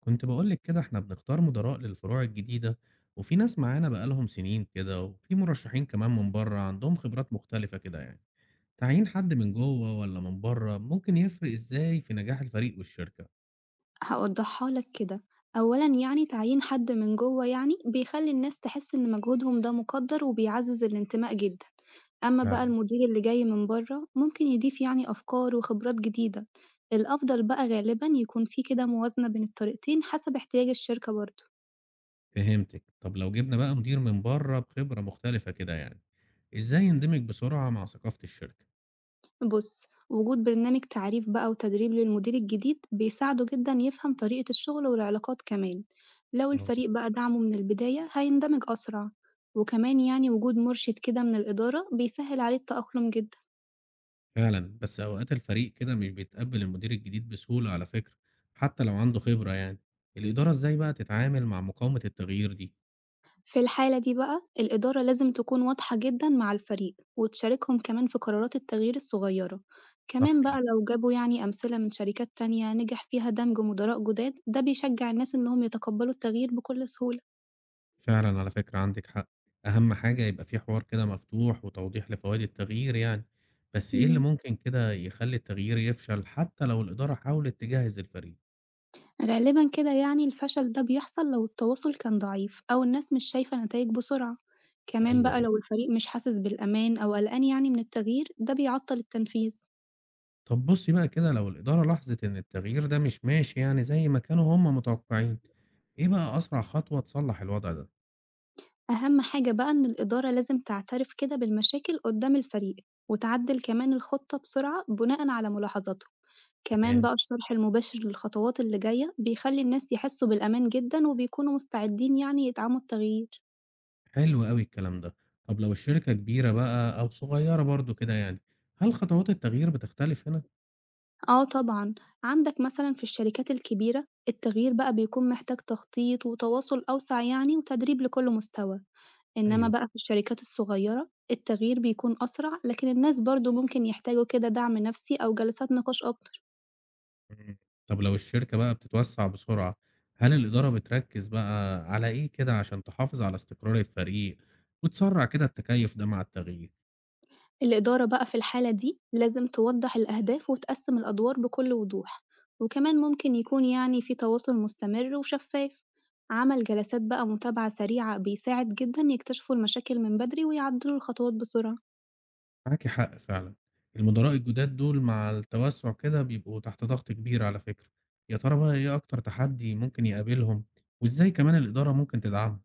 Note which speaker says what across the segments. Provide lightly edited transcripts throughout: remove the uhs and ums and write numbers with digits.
Speaker 1: كنت بقولك كده احنا بنختار مدراء للفروع الجديدة، وفي ناس معانا بقالهم سنين كده وفي مرشحين كمان من بره عندهم خبرات مختلفة كده يعني. تعيين حد من جوه ولا من بره ممكن يفرق ازاي في نجاح الفريق والشركة؟
Speaker 2: هاوضّحها لك كده، أولًا يعني تعيين حد من جوّه يعني بيخلّي الناس تحس إن مجهودهم ده مُقدّر وبيعزّز الانتماء جدًا، أمّا بقى
Speaker 1: فعلا.
Speaker 2: المدير اللي جاي من برّه ممكن يضيف يعني أفكار وخبرات جديدة، الأفضل بقى غالبًا يكون في كده موازنة بين الطريقتين حسب احتياج الشركة برضه.
Speaker 1: فهمتك. طب لو جبنا بقى مدير من بره بخبرة مختلفة كده يعني ازاي يندمج بسرعة مع ثقافة الشركة؟
Speaker 2: بص، وجود برنامج تعريف بقى وتدريب للمدير الجديد بيساعده جدا يفهم طريقة الشغل والعلاقات كمان. لو
Speaker 1: آه.
Speaker 2: الفريق بقى دعمه من البداية هيندمج أسرع. وكمان يعني وجود مرشد كده من الإدارة بيسهل عليه التأقلم جدا.
Speaker 1: فعلا بس اوقات الفريق كده مش بيتقبل المدير الجديد بسهولة على فكرة، حتى لو عنده خبرة يعني. الإدارة ازاي بقى تتعامل مع مقاومة التغيير دي؟
Speaker 2: في الحالة دي بقى الإدارة لازم تكون واضحة جدا مع الفريق وتشاركهم كمان في قرارات التغيير الصغيرة.
Speaker 1: صح
Speaker 2: كمان بقى
Speaker 1: جدًا،
Speaker 2: لو جابوا يعني أمثلة من شركات تانية نجح فيها دمج مدراء جداد ده بيشجع الناس إنهم يتقبلوا التغيير بكل سهولة.
Speaker 1: فعلًا على فكرة عندِك حق، أهم حاجة يبقى في حوار كده مفتوح وتوضيح لفوايد التغيير يعني، بس إيه اللي ممكن كده يخلّي التغيير يفشل حتى لو الإدارة حاولت تجهّز الفريق؟
Speaker 2: غالبًا كده يعني الفشل ده بيحصل لو التواصل كان ضعيف أو الناس مش شايفة نتايج بسرعة، كمان
Speaker 1: أيوه،
Speaker 2: بقى
Speaker 1: أيوه.
Speaker 2: لو الفريق مش حاسس بالأمان أو قلقان يعني من التغيير ده بيعطل التنفيذ،
Speaker 1: طب بُصّي بقى كده لو الإدارة لاحظت إن التغيير ده مش ماشي يعني زي ما كانوا هُم متوقعين، إيه بقى أسرع خطوة تصلّح الوضع ده؟
Speaker 2: أهم حاجة بقى إن الإدارة لازم تعترف كده بالمشاكل قدام الفريق وتعدل كمان الخطة بسرعة بناءً على ملاحظاتهم، كمان
Speaker 1: تمام.
Speaker 2: بقى الشرح المباشر للخطوات اللي جاية بيخلي الناس يحسوا بالأمان جدًا وبيكونوا مستعدين يعني يدعموا التغيير.
Speaker 1: حلو أوي الكلام ده، طب لو الشركة كبيرة بقى أو صغيرة برضه كده يعني، هل خطوات التغيير بتختلف هنا؟
Speaker 2: آه طبعًا، عندك مثلًا في الشركات الكبيرة التغيير بقى بيكون محتاج تخطيط وتواصل أوسع يعني وتدريب لكل مستوى، إنما
Speaker 1: أيوه.
Speaker 2: بقى في الشركات الصغيرة التغيير بيكون أسرع، لكن الناس برضه ممكن يحتاجوا كده دعم نفسي أو جلسات نقاش أكتر.
Speaker 1: إمم. طب لو الشركة بقى بتتوسّع بسرعة، هل الإدارة بتركّز بقى على إيه كده عشان تحافظ على استقرار الفريق وتسرّع كده التكيُّف ده مع التغيير؟
Speaker 2: الإدارة بقى في الحالة دي لازم توضح الأهداف وتقسم الأدوار بكل وضوح، وكمان ممكن يكون يعني في تواصل مستمر وشفاف. عمل جلسات بقى متابعة سريعة بيساعد جدًا يكتشفوا المشاكل من بدري ويعدلوا الخطوات بسرعة.
Speaker 1: معاكِ حق فعلًا، المدراء الجُداد دول مع التوسُّع كده بيبقوا تحت ضغط كبير على فكرة. يا ترى بقى إيه أكتر تحدي ممكن يقابلهم وإزاي كمان الإدارة ممكن تدعمهم؟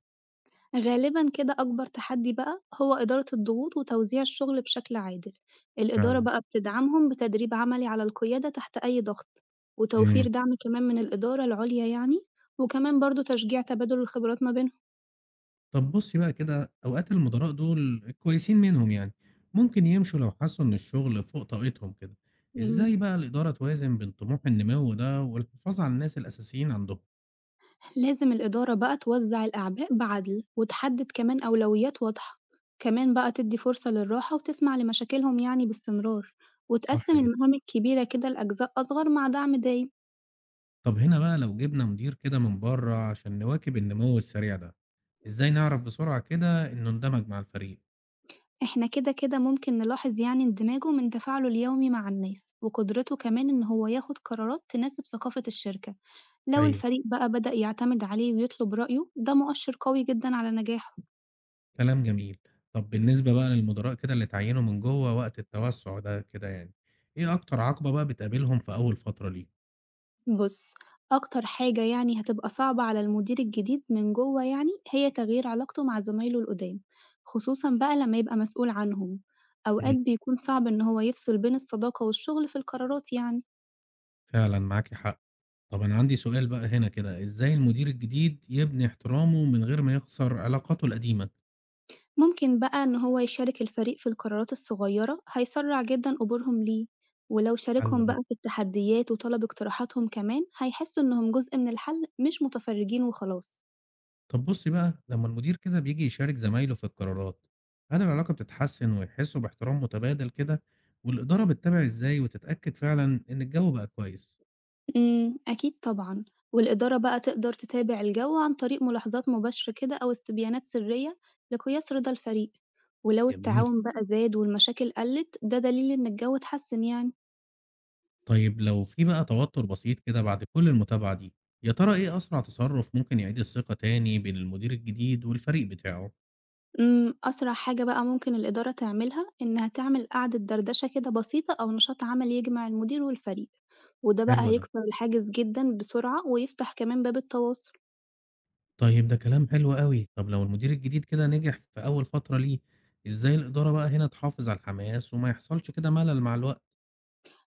Speaker 2: غالبا كده أكبر تحدي بقى هو إدارة الضغوط وتوزيع الشغل بشكل عادل، الإدارة
Speaker 1: فعلًا.
Speaker 2: بقى بتدعمهم بتدريب عملي على القيادة تحت أي ضغط، وتوفير
Speaker 1: إمم.
Speaker 2: دعم كمان من الإدارة العليا يعني، وكمان برضو تشجيع تبادل الخبرات ما بينهم،
Speaker 1: طب بُصّي بقى كده، أوقات المُدراء دول كويسين منهم يعني، ممكن يمشوا لو حسّوا إن الشغل فوق طاقتهم كده،
Speaker 2: مم.
Speaker 1: إزاي بقى الإدارة توازن بين طموح النمو ده والحفاظ على الناس الأساسيين عندهم؟
Speaker 2: لازم الإدارة بقى توزع الأعباء بعدل وتحدد كمان أولويات واضحة، كمان بقى تدي فرصة للراحة وتسمع لمشاكلهم يعني باستمرار،
Speaker 1: صح
Speaker 2: وتقسم
Speaker 1: جدًا.
Speaker 2: المهام الكبيرة كده لأجزاء أصغر مع دعم دايم.
Speaker 1: طب هنا بقى لو جِبنا مدير كده من برّه عشان نواكب النمو السريع ده، إزاي نعرف بسرعة كده إنه اندمج مع الفريق؟
Speaker 2: إحنا كده كده ممكن نلاحظ يعني اندماجه من تفاعله اليومي مع الناس وقدرته كمان إن هو ياخد قرارات تناسب ثقافة الشركة. لو
Speaker 1: أيوه.
Speaker 2: الفريق بقى بدأ يعتمد عليه ويطلب رأيه ده مؤشر قوي جدا على نجاحه.
Speaker 1: كلام جميل. طب بالنسبة بقى للمُدراء كده اللي اتعيّنوا من جوّه وقت التوسُّع ده كده يعني، إيه أكتر عقبة بقى بتقابلهم في أول فترة ليهم؟
Speaker 2: بص، أكتر حاجة يعني هتبقى صعبة على المدير الجديد من جوه يعني هي تغيير علاقته مع زمايله القدام، خصوصا بقى لما يبقى مسؤول عنهم. أوقات
Speaker 1: إمم.
Speaker 2: بيكون صعب إن هو يفصل بين الصداقة والشغل في القرارات يعني.
Speaker 1: فعلًا معاكِ حق. طب أنا عندي سؤال بقى هنا كده، إزاي المدير الجديد يبني احترامه من غير ما يخسر علاقاته القديمة؟
Speaker 2: ممكن بقى إن هو يشارك الفريق في القرارات الصغيرة هيسرع جدًا قبولهم ليه، ولو
Speaker 1: حل
Speaker 2: شاركهم بقى
Speaker 1: برضه.
Speaker 2: في التحديات وطلب اقتراحاتهم كمان هيحسوا إنهم جزء من الحل مش متفرجين وخلاص.
Speaker 1: طب بُصّي بقى، لمّا المدير كده بييجي يشارك زمايله في القرارات، هل العلاقة بتتحسن ويحسوا باحترام متبادل كده؟ والإدارة بتتابع إزاي وتتأكد فعلًا إن الجو بقى كويس؟
Speaker 2: أكيد طبعًا، والإدارة بقى تقدر تتابع الجو عن طريق ملاحظات مباشرة كده أو استبيانات سرية لقياس رضا الفريق، ولو
Speaker 1: جميل.
Speaker 2: التعاون بقى زاد والمشاكل قلت ده دليل إن الجو اتحسن يعني.
Speaker 1: طيب لو في بقى توتر بسيط كده بعد كل المتابعة دي، يا ترى إيه أسرع تصرف ممكن يعيد الثقة تاني بين المدير الجديد والفريق بتاعه؟
Speaker 2: أسرع حاجة بقى ممكن الإدارة تعملها إنها تعمل قعدة دردشة كده بسيطة أو نشاط عملي يجمع المدير والفريق، وده بقى
Speaker 1: حلو ده.
Speaker 2: هيكسر الحاجز جدًا بسرعة ويفتح كمان باب التواصل.
Speaker 1: طيب ده كلام حلو أوي، طب لو المدير الجديد كده نجح في أول فترة ليه، إزاي الإدارة بقى هنا تحافظ على الحماس وما يحصلش كده ملل مع الوقت؟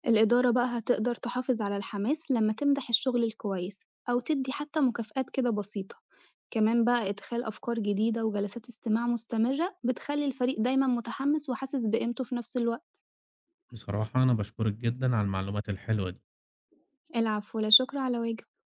Speaker 2: الإدارة بقى هتقدر تحافظ على الحماس لما تمدح الشغل الكويس أو تدي حتى مكافآت كده بسيطة. كمان بقى إدخال أفكار جديدة وجلسات استماع مستمرة بتخلي الفريق دايمًا متحمس وحاسس بقيمته في نفس الوقت.
Speaker 1: بصراحة أنا باشكرِك جدًا على المعلومات الحلوة دي.
Speaker 2: العفو، لا شكر على واجب.